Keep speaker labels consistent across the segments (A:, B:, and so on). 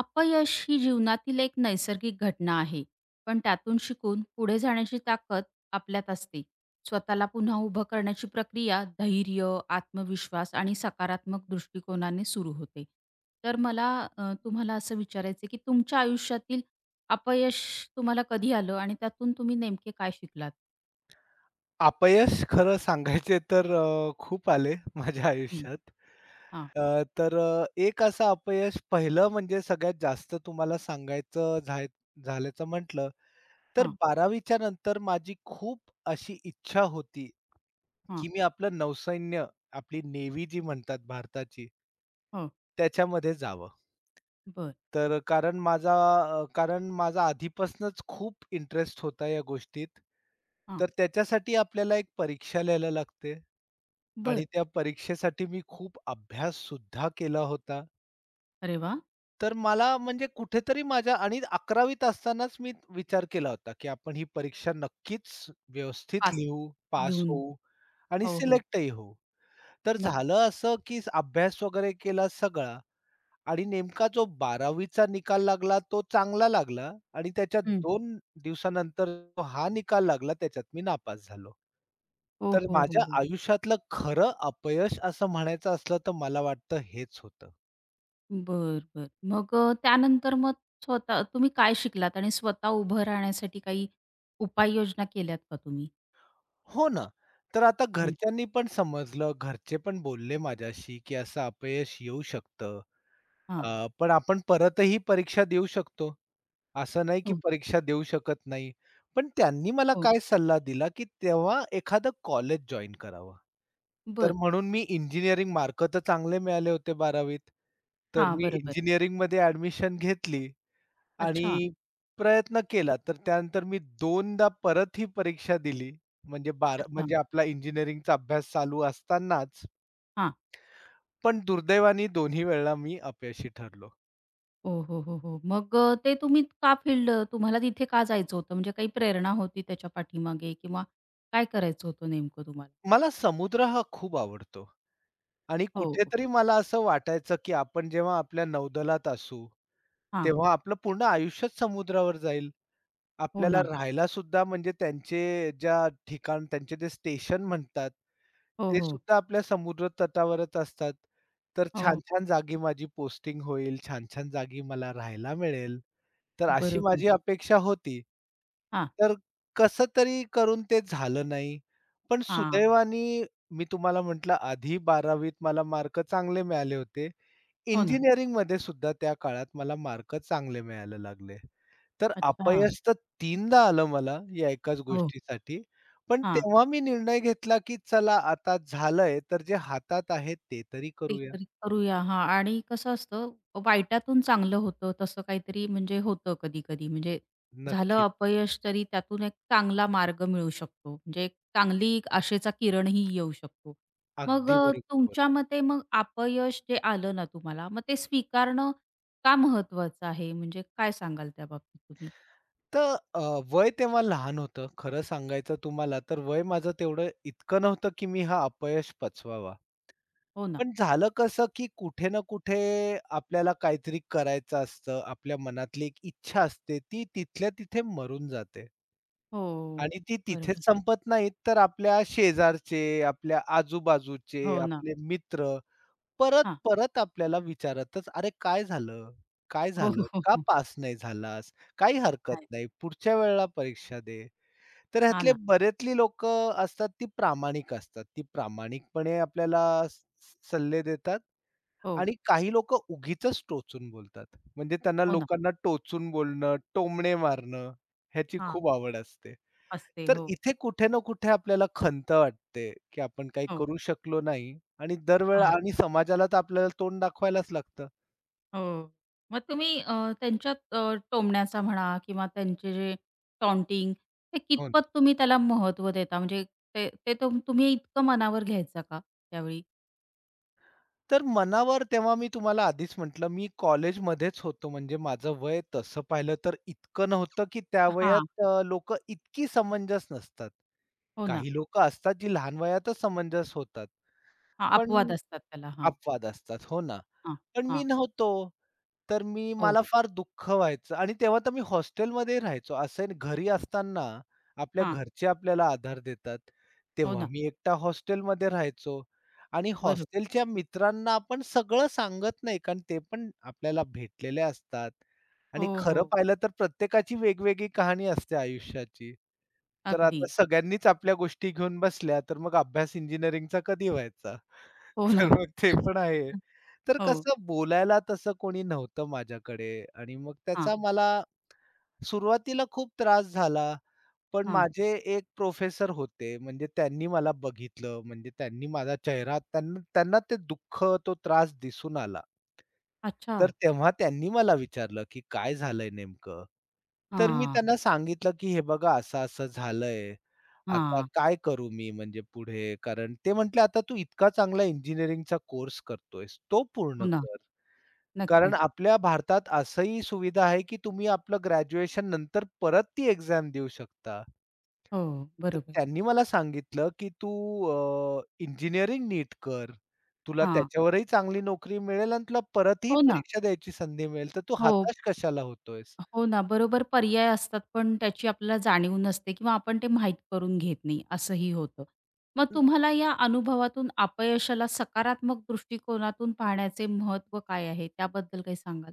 A: अपयश ही जीवनातील एक नैसर्गिक घटना आहे, पण त्यातून शिकून पुढे जाण्याची ताकद आपल्यात असते. स्वतःला पुन्हा उभं करण्याची प्रक्रिया धैर्य, आत्मविश्वास आणि सकारात्मक दृष्टिकोनाने सुरू होते. तर मला तुम्हाला असं विचारायचं की तुमच्या आयुष्यातील अपयश तुम्हाला कधी आलं आणि त्यातून तुम्ही नेमके काय शिकलात?
B: अपयश खरं सांगायचे तर खूप आले माझ्या
A: हं.
B: आयुष्यात.
A: हां,
B: एक असं अपयश पहिलं म्हणजे सगळ्यात जास्त तुम्हाला सांगायचं झाल्याचं म्हटलं, तर
A: हां,
B: 12वीच्या नंतर माझी खूप अशी इच्छा होती,
A: हां,
B: की मी आपलं नौसैन्य, आपली नेव्ही जी म्हणतात भारताची
A: हो,
B: त्याच्यामध्ये जावं.
A: बरं,
B: तर कारण माझा अ, कारण माझा आधीपासूनच खूप इंटरेस्ट होता या गोष्टीत.
A: हां,
B: तर त्याच्यासाठी आपल्याला एक परीक्षा लिहायला लागते आणि
A: बरं.
B: त्या परीक्षेसाठी मी खूप अभ्यास सुद्धा केला होता.
A: अरे वाह!
B: तर मला म्हणजे कुठेतरी माझ्या आणि 11वी त असतानाच मी विचार केला होता, की आपण ही परीक्षा नक्कीच व्यवस्थित
A: फास्ट
B: लिहू, पास
A: लिहून.
B: होऊ आणि
A: हो, हो.
B: सिलेक्टही होऊ. तर
A: नक्की.
B: झालं असं, की अभ्यास वगैरे केला सगळा आणि नेमका जो 12वी निकाल लागला तो चांगला लागला आणि त्याच्या
A: हं.
B: 2 दिवसानंतर जो हा निकाल लागला त्याच्यात मी नापास झालो.
A: हो,
B: तर
A: हो, हो,
B: माझ्या
A: हो.
B: आयुष्यातलं खरं अपयश असं म्हणायचं असलं तर मला वाटतं हेच होतं.
A: बरं, बरं. मग त्यानंतर मग स्वतः तुम्ही काय शिकलात आणि स्वतः उभं राहण्यासाठी काही उपाययोजना केल्यात का तुम्ही?
B: हो ना. तर आता
A: हं.
B: घरच्यांनी पण समजलं, घरचे पण बोलले माझ्याशी, की असं अपयश येऊ शकतं.
A: हां.
B: पण आपण परतही परीक्षा देऊ शकतो. असं नाही की
A: हो.
B: परीक्षा देऊ शकत नाही. पण त्यांनी मला
A: हो.
B: काय सल्ला दिला, की तेव्हा एखादं कॉलेज जॉइन करावं. तर
A: बरं.
B: म्हणून मी इंजिनिअरिंग मार्क तर चांगले मिळाले होते 12वीत. तर
A: हां,
B: मी
A: बरोबर.
B: इंजिनिअरिंगमध्ये ॲडमिशन घेतली
A: अच्छा,
B: आणि प्रयत्न केला. तर त्यानंतर मी 2दा परत ही परीक्षा दिली. म्हणजे बारा
A: अच्छा.
B: म्हणजे आपला इंजिनिअरिंगचा अभ्यास चालू असतानाच.
A: हां.
B: पण दुर्दैवाने दोन्ही वेळेला मी अपयशी ठरलो.
A: हो, हो, हो, हो. मग ते तुम्ही का फील्ड तुम्हाला तिथे का जायचं होतं? म्हणजे काही प्रेरणा होती त्याच्या पाठीमागे किंवा काय करायचं होतं नेमकं तुम्हाला?
B: मला समुद्र हा खूप आवडतो. आणि
A: हो.
B: कुठेतरी मला असं वाटायचं, की आपण जेव्हा आपल्या नौदलात असू,
A: हां.
B: तेव्हा आपलं पूर्ण आयुष्यच समुद्रावर जाईल.
A: हो
B: आपल्याला
A: ना.
B: राहायला सुद्धा म्हणजे त्यांचे ज्या ठिकाण त्यांचे जे स्टेशन म्हणतात,
A: हो,
B: ते
A: हो.
B: सुद्धा आपल्या समुद्र तटावरच असतात. तर
A: हो.
B: छान-छान जागी माझी पोस्टिंग होईल, छान-छान जागी मला राहायला मिळेल. तर अशी
A: बरोबर.
B: माझी अपेक्षा होती.
A: हां,
B: तर कसं तरी करून ते झालं नाही. पण
A: हां.
B: सुदैवाने मी तुम्हाला म्हटलं आधी 12वीत मला मार्क चांगले मिळाले होते.
A: हो ना.
B: इंजिनिअरिंगमध्ये सुद्धा त्या काळात मला मार्क चांगले मिळायला लागले. तर
A: अच्छा.
B: अपयश तर तीनदा आलं मला या एकाच
A: हो.
B: गोष्टीसाठी. पण
A: हां.
B: तेव्हा मी निर्णय घेतला, की चला आता झालंय, तर जे हातात आहे ते तरी करूया.
A: काहीतरी करूया हां आणि कसं असतं, वाईटातून चांगलं होतं तसं काहीतरी म्हणजे होतं कधी-कधी. म्हणजे झालं
B: नक्कीच.
A: अपयश तरी त्यातून एक चांगला मार्ग मिळू शकतो. म्हणजे एक चांगली एक आशेचा किरणही येऊ शकतो. मग
B: अगदी बरोबर
A: तुमच्या
B: बोललात.
A: मते मग अपयश जे आलं ना तुम्हाला, मग ते स्वीकारणं का महत्वाचं आहे? म्हणजे काय सांगाल त्याबाबतीत तुम्ही?
B: तर अ, वय तेव्हा लहान होतं. खरं सांगायचं तुम्हाला तर वय माझं तेवढं इतकं नव्हतं, की मी हा अपयश पचवावा.
A: हो ना.
B: पण झालं कसं, की कुठे ना कुठे आपल्याला काहीतरी करायचं असतं. आपल्या मनातली एक इच्छा असते, ती तिथल्या तिथे मरून जाते.
A: हो.
B: आणि ती
A: बरोबर.
B: तिथेच संपत नाहीत, तर आपल्या शेजारचे, आपल्या आजूबाजूचे,
A: हो ना.
B: आपले मित्र
A: हां.
B: परत-परत आपल्याला विचारतच, "अरे काय झालं? काय
A: हो,
B: झालं?
A: हो, हो,
B: का
A: हो.
B: पास नाही झालास? काही हरकत
A: आहे.
B: नाही, पुढच्या वेळेला परीक्षा दे." तर
A: हां
B: ह्यातले
A: ना.
B: बरेचली लोकं असतात ती प्रामाणिक असतात. ती प्रामाणिकपणे आपल्याला स सल्ले देतात
A: हो.
B: आणि काही लोकं उगीचच टोचून बोलतात. म्हणजे त्यांना
A: हो ना.
B: लोकांना टोचून बोलणं, टोमणे मारणं ह्याची
A: हा
B: खूप आवड असते.
A: असते.
B: तर
A: हो.
B: इथे कुठे ना कुठे आपल्याला खंत वाटते, की आपण काही
A: हो.
B: करू शकलो नाही आणि दरवेळा
A: हा.
B: आणि समाजाला तर आपल्याला तोंड दाखवायलाच लागतं.
A: हो. मग तुम्ही त्यांच्यात टोमण्याचा म्हणा किंवा त्यांचे जे टॉन्टिंग ते
B: हो ना.
A: कितपत तुम्ही त्याला महत्त्व देता? म्हणजे ते ते तुम तुम्ही इतकं मनावर घ्यायचा का त्यावेळी?
B: तर मनावर तेव्हा मी तुम्हाला आधीच म्हटलं, मी कॉलेजमध्येच होतो म्हणजे माझं वय तसं पाहिलं तर इतकं नव्हतं, की त्या वयात
A: हां.
B: इतकी समंजस नसतात.
A: हो ना.
B: काही लोकं असतात, जी लहान वयातच समंजस होतात,
A: हां,
B: पण
A: अपवाद असतात त्याला. हां,
B: अपवाद असतात. हो ना.
A: हां,
B: पण मी
A: हां.
B: नव्हतो. तर
A: हो.
B: मला फार दुःख व्हायचं आणि तेव्हा तर मी हॉस्टेलमध्ये राहायचो. असं आहे ना, घरी असताना आपल्या
A: हां.
B: घरचे आपल्याला आधार देतात.
A: हो
B: तेव्हा
A: ना.
B: मी एकटा हॉस्टेलमध्ये राहायचो आणि
A: बरोबर.
B: हॉस्टेलच्या मित्रांना आपण सगळं सांगत नाही, कारण ते पण आपल्याला भेटलेले असतात आणि
A: हो,
B: खरं
A: हो.
B: पाहिलं तर प्रत्येकाची वेगवेगळी कहाणी असते आयुष्याची. तर
A: अगदी.
B: आता सगळ्यांनीच आपल्या गोष्टी घेऊन बसल्या, तर मग अभ्यास इंजिनिअरिंगचा कधी व्हायचा?
A: हो
B: तर
A: ना.
B: मग ते पण आहे. तर
A: हो.
B: कसं बोलायला तसं कोणी नव्हतं माझ्याकडे आणि मग
A: हां,
B: त्याचा मला सुरुवातीला खूप त्रास झाला. पण
A: हां.
B: माझे एक प्रोफेसर होते म्हणजे त्यांनी मला बघितलं म्हणजे त्यांनी माझा चेहरा त्यांना त्यांना ते दुःख, तो त्रास दिसून आला.
A: अच्छा.
B: तर तेव्हा त्यांनी मला विचारलं, की "काय झालंय नेमकं?" तर मी
A: हां,
B: त्यांना सांगितलं, की "हे बघा असं-असं झालंय." आता
A: हां.
B: काय करू मी म्हणजे पुढे? कारण ते म्हटले, "आता तू इतका चांगला इंजिनिअरिंगचा कोर्स करतोयस, तो
A: हो
B: पूर्ण
A: ना.
B: कर." कारण
A: नक्कीच.
B: आपल्या भारतात असंही सुविधा आहे, की तुम्ही आपलं ग्रॅज्युएशन नंतर परत ती एक्झाम देऊ शकता.
A: हो,
B: तर
A: बरोबर.
B: त्यांनी मला सांगितलं, की "तू इंजिनिअरिंग नीट कर. तुला
A: हां.
B: त्याच्यावरही चांगली नोकरी मिळेल आणि तुला परतही
A: हो ना.
B: परीक्षा द्यायची संधी मिळेल. तर तू
A: हो.
B: हताश कशाला होतोयस?"
A: हो ना, बरोबर पर्याय असतात, पण त्याची आपल्याला जाणीव नसते किंवा आपण ते माहीत करून घेत नाही, असंही होतं. मग तुम्हाला या अनुभवातून अपयशाला सकारात्मक दृष्टिकोनातून पाहण्याचे महत्त्व काय आहे? त्याबद्दल काही सांगाल?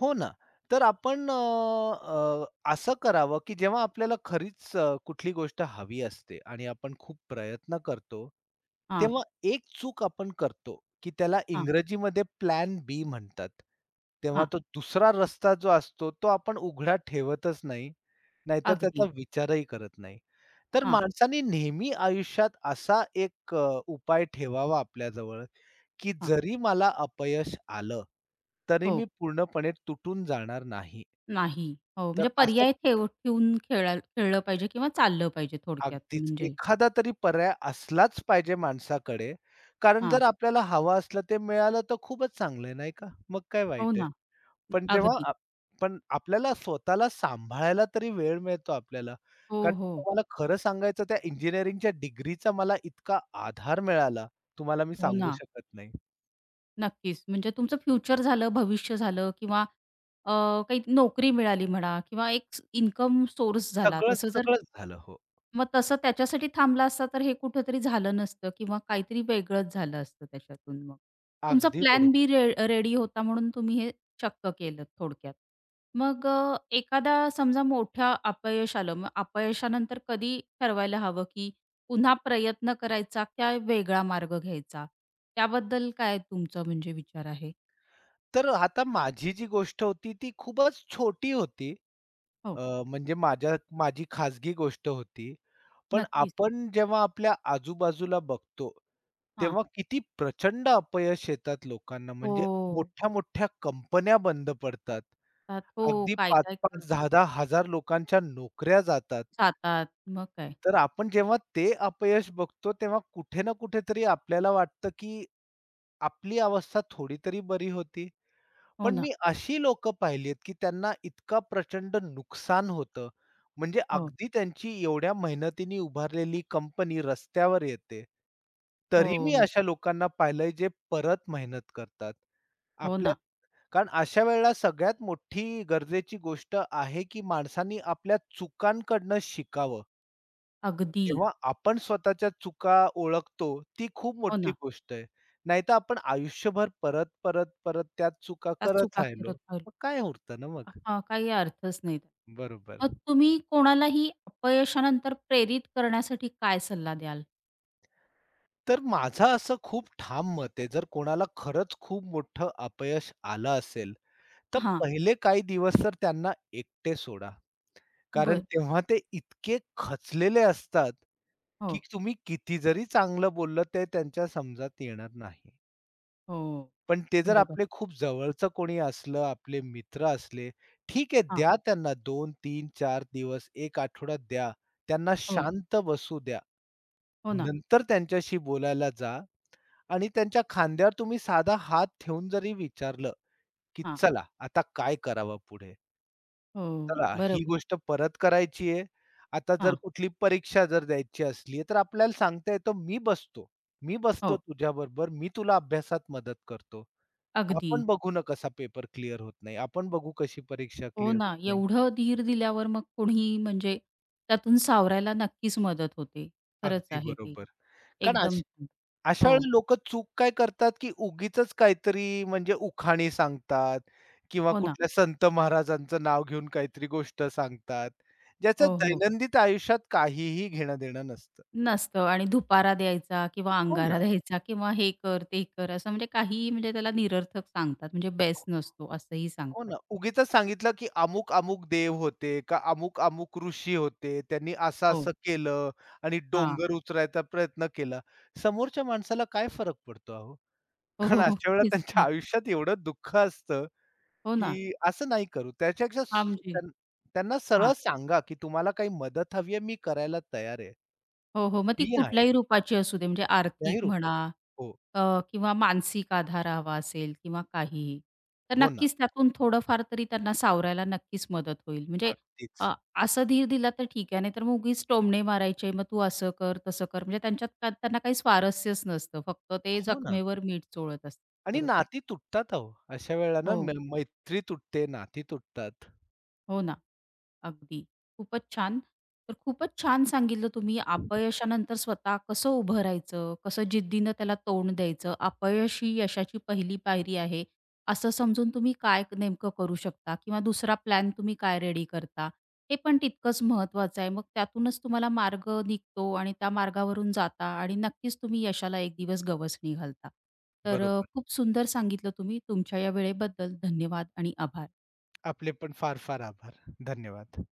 B: हो ना. तर आपण अ, अ, असं करावं, की जेव्हा आपल्याला खरीच कुठली गोष्ट हवी असते आणि आपण खूप प्रयत्न करतो,
A: हां,
B: तेव्हा एक चूक आपण करतो, की त्याला
A: हां,
B: इंग्रजीमध्ये प्लॅन बी म्हणतात. तेव्हा
A: हां.
B: तो दुसरा रस्ता जो असतो, तो आपण उघडा ठेवतच नाही. नाहीतर त्याचा
A: अगदी.
B: विचारही करत नाही. तर
A: हां,
B: माणसाने नेहमी आयुष्यात असा एक उपाय ठेवावा आपल्याजवळ, की
A: हां.
B: जरी मला अपयश आलं, तरी मी
A: हो.
B: पूर्णपणे तुटून जाणार नाही.
A: नाही. हो,
B: तर
A: म्हणजे
B: असं
A: पर्याय ठेवून खेळायला खेळलं पाहिजे किंवा चाललं पाहिजे थोडक्यात
B: अगदीच
A: म्हणजे.
B: एखादा तरी पर्याय असलाच पाहिजे माणसाकडे, कारण
A: हां.
B: जर आपल्याला हवं असलं ते मिळालं तर खूपच चांगलं आहे, नाही का? मग काय
A: हो
B: वाईट आहे.
A: ना.
B: पण तेव्हा
A: अगदी.
B: आप पण आपल्याला स्वतःला सांभाळायला तरी वेळ मिळतो आपल्याला.
A: हो,
B: कारण
A: हो.
B: तुम्हाला खरं सांगायचं त्या इंजिनिअरिंगच्या डिग्रीचा मला इतका आधार मिळाला, तुम्हाला मी
A: हो
B: सांगू
A: ना.
B: शकत नाही.
A: नक्कीच. म्हणजे तुमचं फ्युचर झालं, भविष्य झालं किंवा अ, काही नोकरी मिळाली म्हणा किंवा एक इन्कम सोर्स झाला.
B: सगळंच,
A: तसं जर
B: सगळंच झालं. हो,
A: मग तसं त्याच्यासाठी थांबला असता, तर हे कुठेतरी झालं नसतं किंवा काहीतरी वेगळंच झालं असतं त्याच्यातून मग. तुमचा
B: अगदी
A: प्लॅन
B: बरोबर.
A: बी रेडी होता म्हणून तुम्ही हे शक्य केलं थोडक्यात. मग एखादा समजा मोठ्या अपयश आलं, मग अपयशानंतर कधी ठरवायला हवं, की पुन्हा प्रयत्न करायचा का वेगळा मार्ग घ्यायचा? त्याबद्दल काय तुमचं म्हणजे विचार आहे?
B: तर आता माझी जी गोष्ट होती ती खूपच छोटी होती.
A: हो.
B: अ, म्हणजे माझी खाजगी गोष्ट होती. पण
A: नक्कीच.
B: आपण जेव्हा आपल्या आजूबाजूला बघतो,
A: हां.
B: तेव्हा किती प्रचंड अपयश येतात लोकांना. म्हणजे
A: हो.
B: मोठ्या-मोठ्या कंपन्या बंद पडतात.
A: त्यात हो,
B: अगदी
A: काय-काय
B: 5-5,
A: करतात.
B: 10-10,000 लोकांच्या नोकऱ्या जातात.
A: जातात. मग काय.
B: तर आपण जेव्हा ते अपयश बघतो, तेव्हा कुठे ना कुठेतरी आपल्याला वाटतं, की आपली अवस्था थोडी तरी बरी होती.
A: हो
B: पण
A: ना.
B: मी अशी लोक पाहिलीत, की त्यांना इतका प्रचंड नुकसान होतं. म्हणजे
A: हो.
B: अगदी त्यांची एवढ्या मेहनतीने उभारलेली कंपनी रस्त्यावर येते. तरी मी
A: हो.
B: अशा लोकांना पाहिलंय जे परत मेहनत करतात.
A: हो
B: आपल्या
A: ना.
B: कारण अशा वेळेला सगळ्यात मोठी गरजेची गोष्ट आहे, की माणसांनी आपल्या चुकांकडनं शिकावं.
A: अगदी.
B: जेव्हा आपण स्वतःच्या चुका ओळखतो, ती खूप
A: हो
B: मोठी
A: ना.
B: गोष्ट आहे. नाहीतर आपण आयुष्यभर परत, परत, परत त्याच चुका करत
A: टाचूका
B: राहिलो.
A: फिरत राहिलो.
B: मग काय उरतं ना मग?
A: हां, काही अर्थच नाही त्याला.
B: बरोबर.
A: मग तुम्ही कोणालाही अपयशानंतर प्रेरित करण्यासाठी काय सल्ला द्याल?
B: तर माझं असं खूप ठाम मत आहे, जर कोणाला खरंच खूप मोठं अपयश आलं असेल, तर
A: हां,
B: पहिले काही दिवस तर त्यांना एकटे सोडा. कारण
A: बर,
B: तेव्हा ते इतके खचलेले असतात, की
A: हो,
B: तुम्ही किती जरी चांगलं बोललं, ते त्यांच्या समजात येणार नाही.
A: हो.
B: पण ते जर
A: बरोबर.
B: आपले खूप जवळचं कोणी असलं, आपले मित्र असले, ठीक आहे
A: हां,
B: द्या त्यांना दोन, तीन, चार, दिवस, एक, आठवडा द्या. त्यांना
A: हो,
B: शांत बसू द्या.
A: हो ना.
B: नंतर त्यांच्याशी बोलायला जा आणि त्यांच्या खांद्यावर तुम्ही साधा हात ठेवून जरी विचारलं, की
A: हां,
B: "चला, आता काय करावं पुढे?"
A: हो.
B: चला, ही
A: बरोबर.
B: गोष्ट परत करायची आहे. आता जर
A: हां,
B: कुठली परीक्षा जर द्यायची असली, तर आपल्याला सांगता येतं, "मी बसतो. मी बसतो
A: हो.
B: तुझ्याबरोबर. मी तुला अभ्यासात मदत करतो."
A: अगदी.
B: आपण बघू ना कसा पेपर क्लिअर होत नाही. आपण बघू कशी परीक्षा
A: हो
B: क्लिअर होत
A: ना.
B: नाही.
A: एवढं धीर दिल्यावर मग कोणीही म्हणजे त्यातून सावरायला नक्कीच मदत होते. खरंच
B: अगदी
A: आहे ते.
B: बरोबर. कारण
A: एकदम. छान.
B: अशा
A: हो,
B: वेळी लोकं चूक काय करतात, की उगीचच काहीतरी म्हणजे उखाणी सांगतात किंवा
A: हो ना.
B: कुठल्या संत महाराजांचं नाव घेऊन काहीतरी गोष्ट सांगतात. ज्याचं
A: हो, हो.
B: दैनंदिन आयुष्यात काहीही घेणं-देणं नसतं.
A: नसतं आणि धुपारा द्यायचा किंवा
B: हो
A: अंगारा
B: ना.
A: हो. द्यायचा किंवा हे कर, ते कर असं म्हणजे काहीही म्हणजे त्याला निरर्थक सांगतात. म्हणजे बेस नसतो असंही
B: हो
A: सांगतात.
B: ना. उगीचच सांगितलं, की अमुक-अमुक देव होते का अमुक-अमुक ऋषी होते. त्यांनी
A: हो.
B: असं-असं केलं आणि
A: हां.
B: डोंगर उचलायचा प्रयत्न केला. समोरच्या माणसाला काय फरक पडतो अहो?
A: हो,
B: कारण
A: हो, हो.
B: अशा वेळेला
A: तेच
B: त्यांच्या
A: की.
B: आयुष्यात एवढं दुःख असतं,
A: हो ना.
B: की असं नाही करू. त्याच्यापेक्षा
A: हां,
B: स
A: म्हणजे
B: त्यां त्यांना सरळ
A: हां.
B: सांगा, की तुम्हाला काही मदत हवी आहे, मी करायला तयार आहे.
A: हो, हो. मग ती
B: मी आहे.
A: कुठल्याही रूपाची असू दे म्हणजे
B: त्याही
A: आर्थिक
B: रूपात.
A: म्हणा
B: हो.
A: किंवा मानसिक आधार हवा असेल किंवा काहीही, तर
B: हो ना.
A: नक्कीच त्यातून थोडंफार तरी त्यांना सावरायला नक्कीच मदत होईल. म्हणजे
B: अगदीच.
A: अ, असा धीर दिला तर ठीक आहे, नाहीतर मग उगीच टोमणे मारायचे, "मग तू असं कर, तसं कर." म्हणजे त्यांच्यात का त्यांना काही स्वारस्यच नसतं. फक्त ते
B: हो ना.
A: जखमेवर मीठ चोळत असतात.
B: आणि
A: बरोबर.
B: नाती तुटतात अहो. अशा वेळेला ना म
A: हो,
B: मैत्री तुटते, नाती तुटतात.
A: हो ना. अगदी. खूपच छान. तर खूपच छान सांगितलं तुम्ही अपयशानंतर स्वतः कसं उभं राहायचं, कसं जिद्दीनं त्याला तोंड द्यायचं. अपयश ही यशाची पहिली पायरी आहे, असं समजून तुम्ही काय नेमकं करू शकता किंवा दुसरा प्लॅन तुम्ही काय रेडी करता, हे पण तितकंच महत्त्वाचं आहे. मग त्यातूनच तुम्हाला मार्ग निघतो आणि त्या मार्गावरून जाता आणि नक्कीच तुम्ही यशाला एक दिवस गवसणी घालता. तर
B: बरोबर.
A: खूप सुंदर सांगितलं तुम्ही. तुमच्या या वेळेबद्दल धन्यवाद आणि आभार.
B: आपले पण फार फार आभार. धन्यवाद.